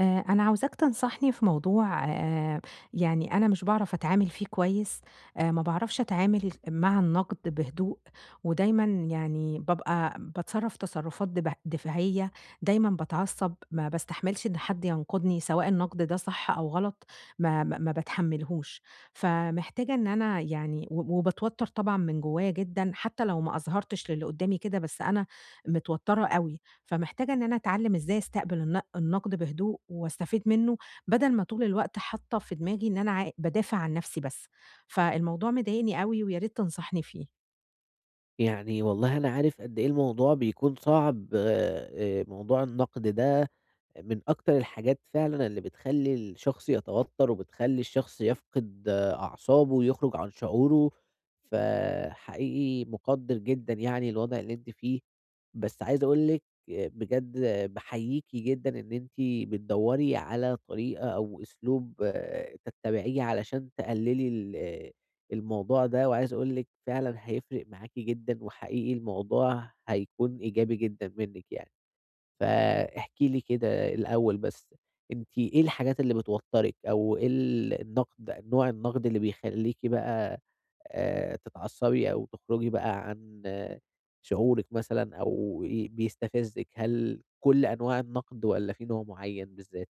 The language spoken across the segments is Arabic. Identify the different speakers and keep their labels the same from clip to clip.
Speaker 1: أنا عاوزاك تنصحني في موضوع يعني أنا مش باعرف أتعامل فيه كويس، ما باعرفش أتعامل مع النقد بهدوء، ودايمًا يعني بابقى باتصرف تصرفات دفاعية، دايمًا باتعصب، ما باستحملش إن حد ينقدني سواء النقد ده صح أو غلط، ما باتحملهوش، فمحتاجة إن أنا يعني و وباتوتر طبعًا من جوايا جدًا، حتى لو ما أظهرتش للي قدامي كده، بس أنا متوترة أوي. فمحتاجة إن أنا أتعلم إزاي أستقبل النقد بهدوء واستفيد منه، بدل ما طول الوقت حاطة في دماغي إن أنا بادافع عن نفسي بس، فالموضوع مضايقني أوي ويا ريت تنصحني فيه.
Speaker 2: يعني والله أنا عارف قد إيه الموضوع بيكون صعب موضوع النقد ده من أكتر الحاجات فعلًا اللي بتخلّي الشخص يتوتر، وبتخلّي الشخص يفقد أعصابه ويخرج عن شعوره، فحقيقي مقدّر جدًا يعني الوضع اللي أنتِ فيه، بس عايز أقول لِك بجد باحييكِ جدًا إن أنتِ بتدوّري على طريقة أو أسلوب تتبعيه علشان تقللي ال آه، الموضوع ده، وعايز أقول لِك فعلًا هيفرق معاكِ جدًا، وحقيقي الموضوع هيكون إيجابي جدًا منِّك يعني. فاحكي لي كده الأول بس، أنتِ إيه الحاجات اللي بتوتّرِك أو إيه ال النقد نوع النقد اللي بيخلّيكِ بقى تتعصّبي أو تخرجي بقى عن شعورِك مثلًا أو بيستفزِّك؟ هل كل أنواع النقد والّا في نوع معيّن بالذات؟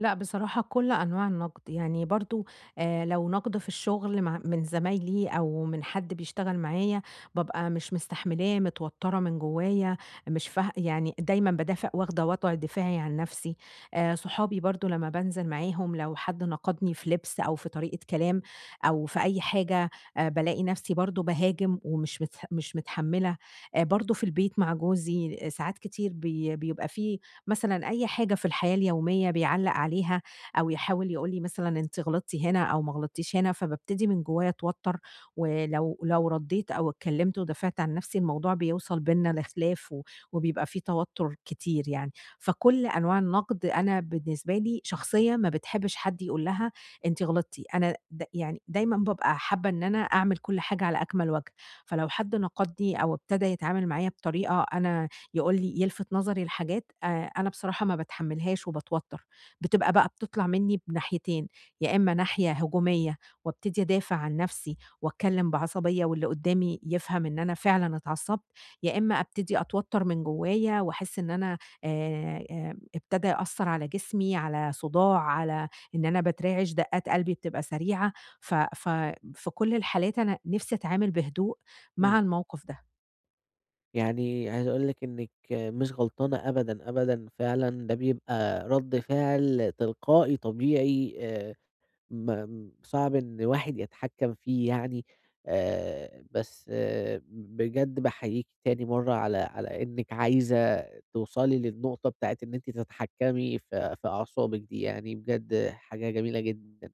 Speaker 1: لأ، بصراحة كل أنواع النقد، يعني برضه لو نقد في الشغل مع من زمايلي أو من حد بيشتغل معايا، بابقى مش مستحملاه، متوترة من جوايا، مش فاه يعني دايمًا بادافع واخدة وضع دفاعي عن نفسي. صحابي برضه لمّا بانزل معاهم لو حد نقدني في لبس أو في طريقة كلام أو في أي حاجة، بالاقي نفسي برضه باهاجم ومش متح مش متحملة. برضه في البيت مع جوزي، آه، ساعات كتير بيبقى في مثلًا أي حاجة في الحياة اليومية بيعلّق عليها أو يحاول يقول لي مثلًا أنتِ غلطتِ هنا أو ما غلطتيش هنا، فبابتدي من جوايا أتوتر، ولو رديت أو اتكلمت ودافعت عن نفسي الموضوع بيوصل بيننا لخلاف و وبيبقى في توتر كتير يعني، فكل أنواع النقد أنا بالنسبة لي شخصية ما بتحبش حد يقول لها أنتِ غلطتِ، أنا د يعني دايمًا بابقى حابة إن أنا أعمل كل حاجة على أكمل وجه، فلو حد نقدني أو ابتدى يتعامل معايا بطريقة أنا يقول لي يلفت نظري لحاجات أنا بصراحة ما باتحمّلهاش وباتوتّر، بتبقى بقى بتطلع منّي بناحيتين، يا إمّا ناحية هجومية وابتدي أدافع عن نَفْسي وأتكلّم بعصبية واللي قُدّامي يفهم إن أنا فعلًا اتعصّبت، يا إمّا أبتدي أتوتّر من جوّايا وأحس إن أنا ابتدى يأثّر على جسمي، على صُداع، على إن أنا باترعش، دَقّات قلبي بتبقى سريعة، ف ف في كل الحالات أنا نِفْسي أتعامل بهدوء مع
Speaker 2: إمم.
Speaker 1: الموقف ده.
Speaker 2: يعني عايز أقول لِك إنِّك مش غلطانة أبدًا، أبدًا، فعلًا ده بيبقى رَد فعل تلقائي طبيعي م صعب إن الواحد يتحكم فيه يعني. بس بجد باحييكِ تاني مرّة على إنِّك عايزة توصلي للنقطة بتاعة إن أنتِ تتحكمي في أعصابِك دي، يعني بجد حاجة جميلة جدًا.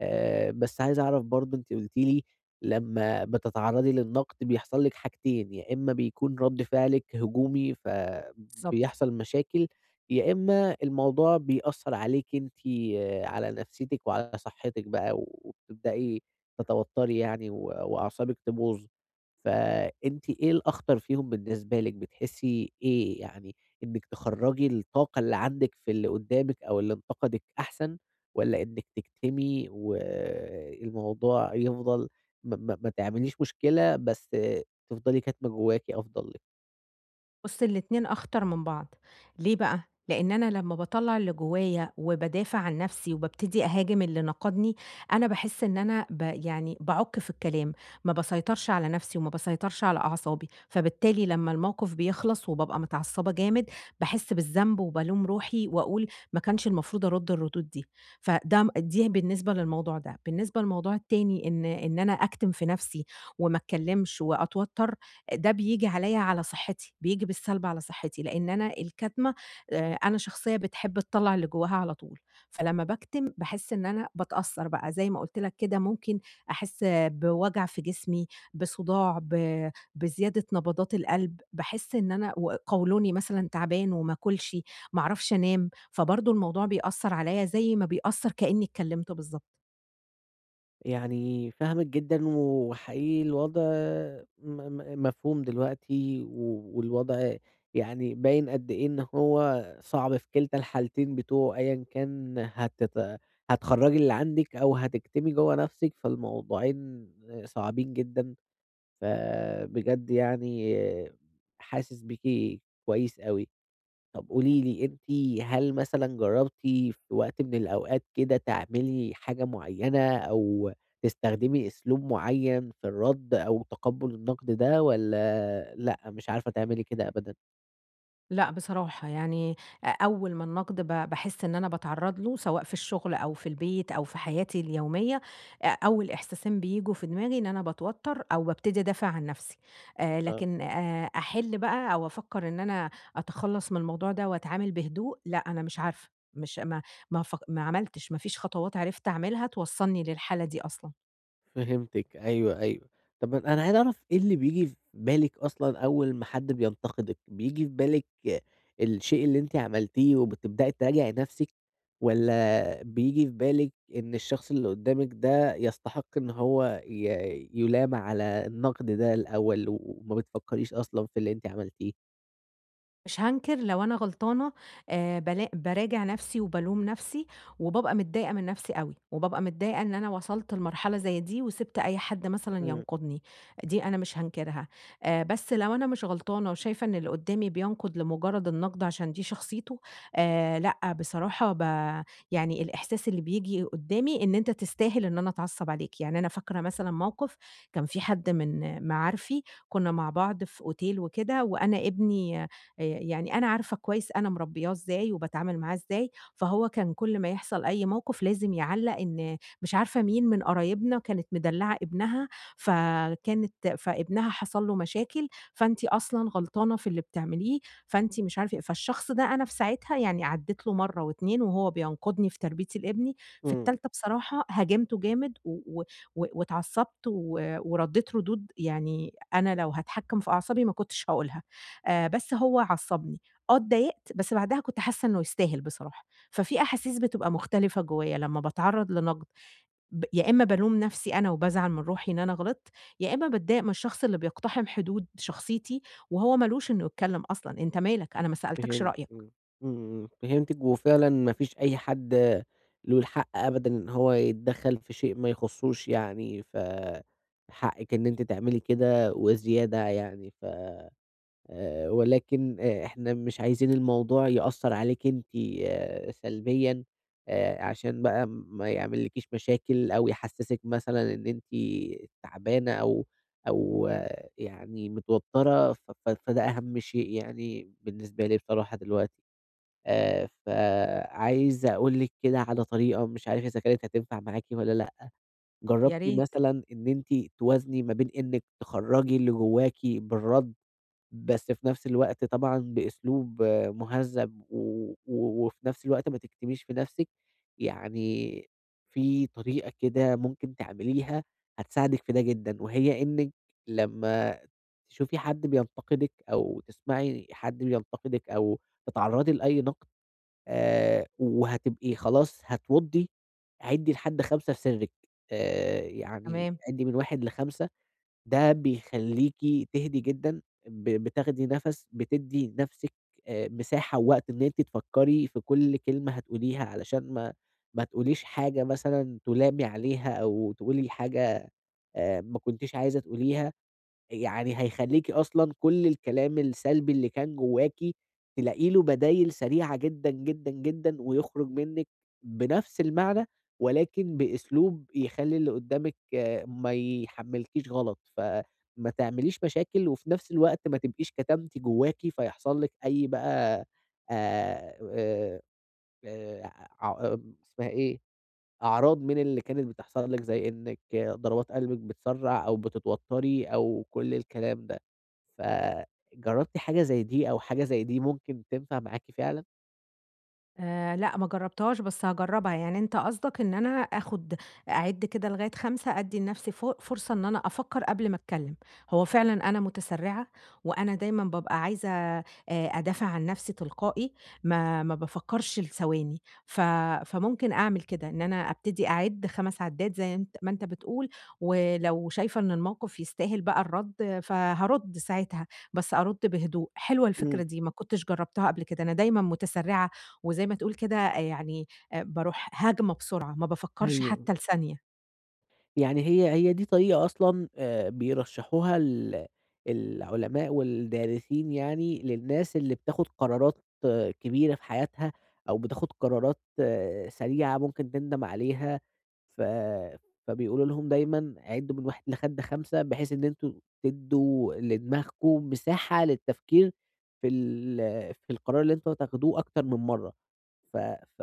Speaker 2: بس عايز أعرف برضه أنتِ قُلتِ لي لمّا بتتعرّضي للنقد بيحصل لِك حاجتين، يا إمّا بيكون رَد فعلِك هجومي
Speaker 1: بالضبط.
Speaker 2: فبيحصل مشاكل، يا إمّا الموضوع بيأثّر عليكِ أنتِ على نفسيتِك وعلى صحتِك بقى وبتبدئي تتوتّري يعني و وأعصابِك تبوظ، فأنتِ إيه الأخطر فيهم بالنسبة لِك، بتحسّي إيه يعني إنِّك تخرّجي الطاقة اللي عندِك في اللي قُدّامِك أو اللي انتقدِك أحسن؟ والّا إنِّك تكتمي والموضوع يفضل ما تعمليش مشكلة، بس تفضلي كاتمة جواكِ أفضل لِك.
Speaker 1: بُص، الاتنين أخطر من بعض، ليه بقى؟ لإن أنا لمّا باطلّع اللي جوايا وبادافع عن نفسي وبابتدي أهاجم اللي نَقَدني، أنا باحس إن أنا يعني باعُك في الكلام، ما باسيطرش على نفسي وما باسيطرش على أعصابي، فبالتالي لمّا الموقف بيخلص وبابقى متعصبة جامد، باحس بالذنب وبالوم روحي وأقول ما كانش المفروض أرُدّ الردود دي، فده م دي بالنسبة للموضوع ده. بالنسبة للموضوع التاني إن أنا أكتم في نفسي وما اتكلمش وأتوتر، ده بييجي عليّا على صحّتي، بييجي بالسلب على صحّتي، لإن أنا الكتمة أنا شخصية بتحب تطلّع اللي جواها على طول، فلمّا باكتم باحس إن أنا باتأثّر بقى زي ما قُلت لك كده ممكن أحس بوجع في جسمي، بصداع، بزيادة نبضات القلب، باحس إن أنا وقولوني مثلًا تعبان وما آكلش، ما أعرفش أنام، فبرضه الموضوع بيأثّر عليّا زي ما بيأثّر كإنّي اتكلمت بالضبط.
Speaker 2: يعني فاهمِك جدًا وحقيقي الوضع م م مفهوم دلوقتي والوضع يعني باين قد إيه إن هو صعب في كلتا الحالتين بتوعه أيًا كان هتخرّجي اللي عندِك أو هتكتمي جوّه نَفْسِك، فالموضوعين صعبين جدًا فبجد يعني حاسس بيكِ كويس أوي. طب قولي لي أنتِ هل مثلًا جرّبتِ في وقت من الأوقات كده تعملي حاجة معيّنة أو تستخدمي أسلوب معيّن في الرَد أو تقبُّل النقد ده والّا لأ، مش عارفة تعملي كده أبدًا؟
Speaker 1: لأ بصراحة، يعني أول ما النقد باحس إن أنا باتعرّض له سواء في الشغل أو في البيت أو في حياتي اليومية، أول إحساسين بييجوا في دماغي إن أنا باتوتّر أو بابتدي أدافع عن نَفْسي،
Speaker 2: آه.
Speaker 1: لكن أحِل بقى أو أفكّر إن أنا أتخلّص من الموضوع ده وأتعامل بهدوء، لأ أنا مش عارفة، مش ما ما فك ما عملتش، ما فيش خطوات عرفت أعملها توصّلني للحالة دي أصلًا.
Speaker 2: فهمتِك، أيوه، أيوه. طَب أنا عايز أعرف إيه اللي بييجي في بالِك أصلًا أول ما حد بينتقدِك، بييجي في بالِك الشيء اللي أنتِ عملتيه وبتبدئي تراجعي نَفْسِك والّا بييجي في بالِك إن الشخص اللي قُدّامِك ده يستحق إن هو يُلام على النقد ده الأول وما بتفكّريش أصلًا في اللي أنتِ عملتيه؟
Speaker 1: مش هانكر لو أنا غلطانة بالا باراجع نفسي وبالوم نفسي، وبابقى متضايقة من نفسي أوي، وبابقى متضايقة إن أنا وصلت لمرحلة زي دي وسِبت أي حد مثلًا
Speaker 2: إمم.
Speaker 1: ينقدني، دي أنا مش هانكرها. بس لو أنا مش غلطانة وشايفة إن اللي قدّامي بينقد لمجرد النقد عشان دي شخصيته، لأ بصراحة يعني الإحساس اللي بييجي قدّامي إن أنت تستاهل إن أنا أتعصب عليك، يعني أنا فاكرة مثلًا موقف كان في حد من معارفي كنا مع بعض في أوتيل وكده، وأنا ابني يعني أنا عارفة كويس أنا مربيّاه إزاي وباتعامل معاه إزاي، فهو كان كل ما يحصل أي موقف لازم يعلّق إن مش عارفة مين من قرايبنا كانت مدلّعة ابنها، فكانت فابنها حصل له مشاكل، فأنتِ أصلًا غلطانة في اللي بتعمليه، فأنتِ مش عارفة إيه، فالشخص ده أنا في ساعتها يعني عدّيت له مرّة و2 وهو بينقدني في تربيتي لابني، في
Speaker 2: إمم.
Speaker 1: التالتة بصراحة هاجمته جامد و و و واتعصبت و وردّيت ردود يعني أنا لو هاتحكم في أعصابي ما كنتش هاقولها. بس هو عصّبني، آه اتضايقت، بس بعدها كنت حاسة إنه يستاهل بصراحة. ففي أحاسيس بتبقى مختلفة جوّايا لمّا باتعرّض لنقد، يا إمّا بالوم نَفْسي أنا وبازعل من روحي إن أنا غلطت، يا إمّا باتضايق من الشخص اللي بيقتحم حدود شخصيتي، وهو ما لوش إنه يتكلّم أصلًا، أنت مالك، أنا ما سألتكش
Speaker 2: فهمت،
Speaker 1: رأيك.
Speaker 2: إمم، إمم، إمم، فهمتِك وفعلًا ما فيش أي حد له الحق أبدًا إن هو يتدخّل في شيء ما يخصّوش يعني، حقِّك إن أنتِ تعملي كده وزيادة يعني، ف ولكن إحنا مش عايزين الموضوع يأثّر عليكِ أنتِ سلبيًا، عشان بقى ما يعملكيش مشاكل أو يحسّسِك مثلًا إن أنتِ تعبانة أو يعني متوتّرة، ف ف فده أهم شيء يعني بالنسبة لي بصراحة دلوقتي. فعايز أقول لِك كده على طريقة مش عارف إذا كانت هتنفع معاكِ والّا لأ، جرّبتِ
Speaker 1: يا ريت،
Speaker 2: مثلًا إن أنتِ توازني ما بين إنِّك تخرّجي اللي جواكِ بالرَّد، بس في نفس الوقت طبعًا بأسلوب مهذّب و و وفي نفس الوقت ما تكتميش في نفسِك، يعني في طريقة كده ممكن تعمليها هتساعدِك في ده جدًا، وهي إنِّك لمّا تشوفي حد بينتقدِك أو تسمعي حد بينتقدِك أو تتعرّضي لأي نقد وهتبقي خلاص هتوضّي، عِدّي لحد 5 في سرِّك، يعني
Speaker 1: تمام.
Speaker 2: عِدّي من 1 ل5، ده بيخلّيكِ تهدي جدًا، بتاخدي نَفَس، بتدّي نَفْسِك مساحة ووقت إن أنتِ تفكّري في كل كلمة هتقوليها علشان ما تقوليش حاجة مثلًا تُلامي عليها أو تقولي حاجة ما كنتيش عايزة تقوليها. يعني هيخلّيكِ أصلًا كل الكلام السلبي اللي كان جواكِ تلاقي له بدايل سريعة جدًا، جدًا، جدًا، ويخرج منِّك بنفس المعنى ولكن بأسلوب يخلّي اللي قدّامِك ما يحمّلكيش غلط، فما تعمليش مشاكل وفي نفس الوقت ما تبقيش كتمتِ جواكِ فيحصل لِك أي بقى آآ آآ آآ ع آه، اسمها إيه؟ أعراض من اللي كانت بتحصل لِك زي إنِّك ضربات قلبِك بتسرّع أو بتتوتّري أو كل الكلام ده، فجرّبتِ حاجة زي دي أو حاجة زي دي ممكن تنفع معاكِ فعلًا؟
Speaker 1: لأ ما جرّبتهاش، بس هاجرّبها، يعني أنت قصدك إن أنا آخُد أعِد كده لغاية 5 أدّي لنَفْسي فرصة إن أنا أفكّر قبل ما أتكلّم، هو فعلًا أنا متسرّعة وأنا دايمًا بابقى عايزة أدافع عن نَفْسي تلقائي ما بافكّرش لثواني، ف فممكن أعمل كده، إن أنا أبتدي أعِد 5 عدّات زي أنت ما أنت بتقول، ولو شايفة إن الموقِف يستاهل بقى الرَّد فهارُد ساعتها، بس أرُد بهدوء، حلوة
Speaker 2: إمم،
Speaker 1: الفكرة دي ما كنتش جرّبتها قبل كده، أنا دايمًا متسرّعة وزي ما تقول كده يعني باروح هاجمة بسرعة، ما بافكّرش
Speaker 2: أيوه.
Speaker 1: حتى لثانية.
Speaker 2: يعني هي دي طريقة أصلًا بيرشّحوها العلماء والدارسين يعني للناس اللي بتاخد قرارات كبيرة في حياتها، أو بتاخد قرارات سريعة ممكن تندم عليها، ف فبيقولوا لهم دايمًا عِدّوا من 1 لحد 5 بحيث إن أنتم تدّوا لدماغكم مساحة للتفكير في القرار اللي أنتم هتاخدوه أكتر من مرّة. ف ف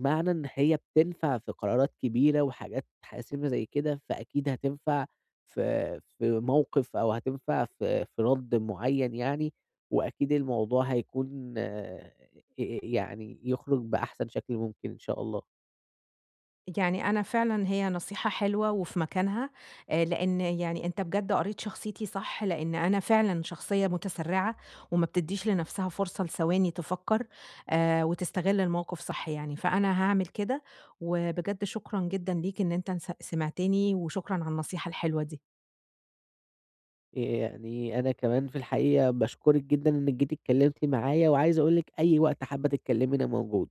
Speaker 2: معنى إن هي بتنفع في قرارات كبيرة وحاجات حاسمة زي كده، فأكيد هتنفع في موقف أو هتنفع في رَد معيّن يعني، وأكيد الموضوع هيكون يعني يخرج بأحسن شكل ممكن إن شاء الله.
Speaker 1: يعني أنا فعلًا هي نصيحة حلوة وفي مكانها، لإن يعني أنت بجد قريت شخصيتي صح، لإن أنا فعلًا شخصية متسرّعة وما بتدّيش لنفسها فرصة لثواني تفكّر وتستغل الموقف صح يعني، فأنا هاعمل كده، وبجد شكرًا جدًا ليك إن أنت سمعتني وشكرًا على النصيحة الحلوة دي.
Speaker 2: يعني أنا كمان في الحقيقة باشكرِك جدًا إنِّك جيتِ اتكلمتِ معايا، وعايز أقول لِك أي وقت حابة تتكلمي أنا موجود.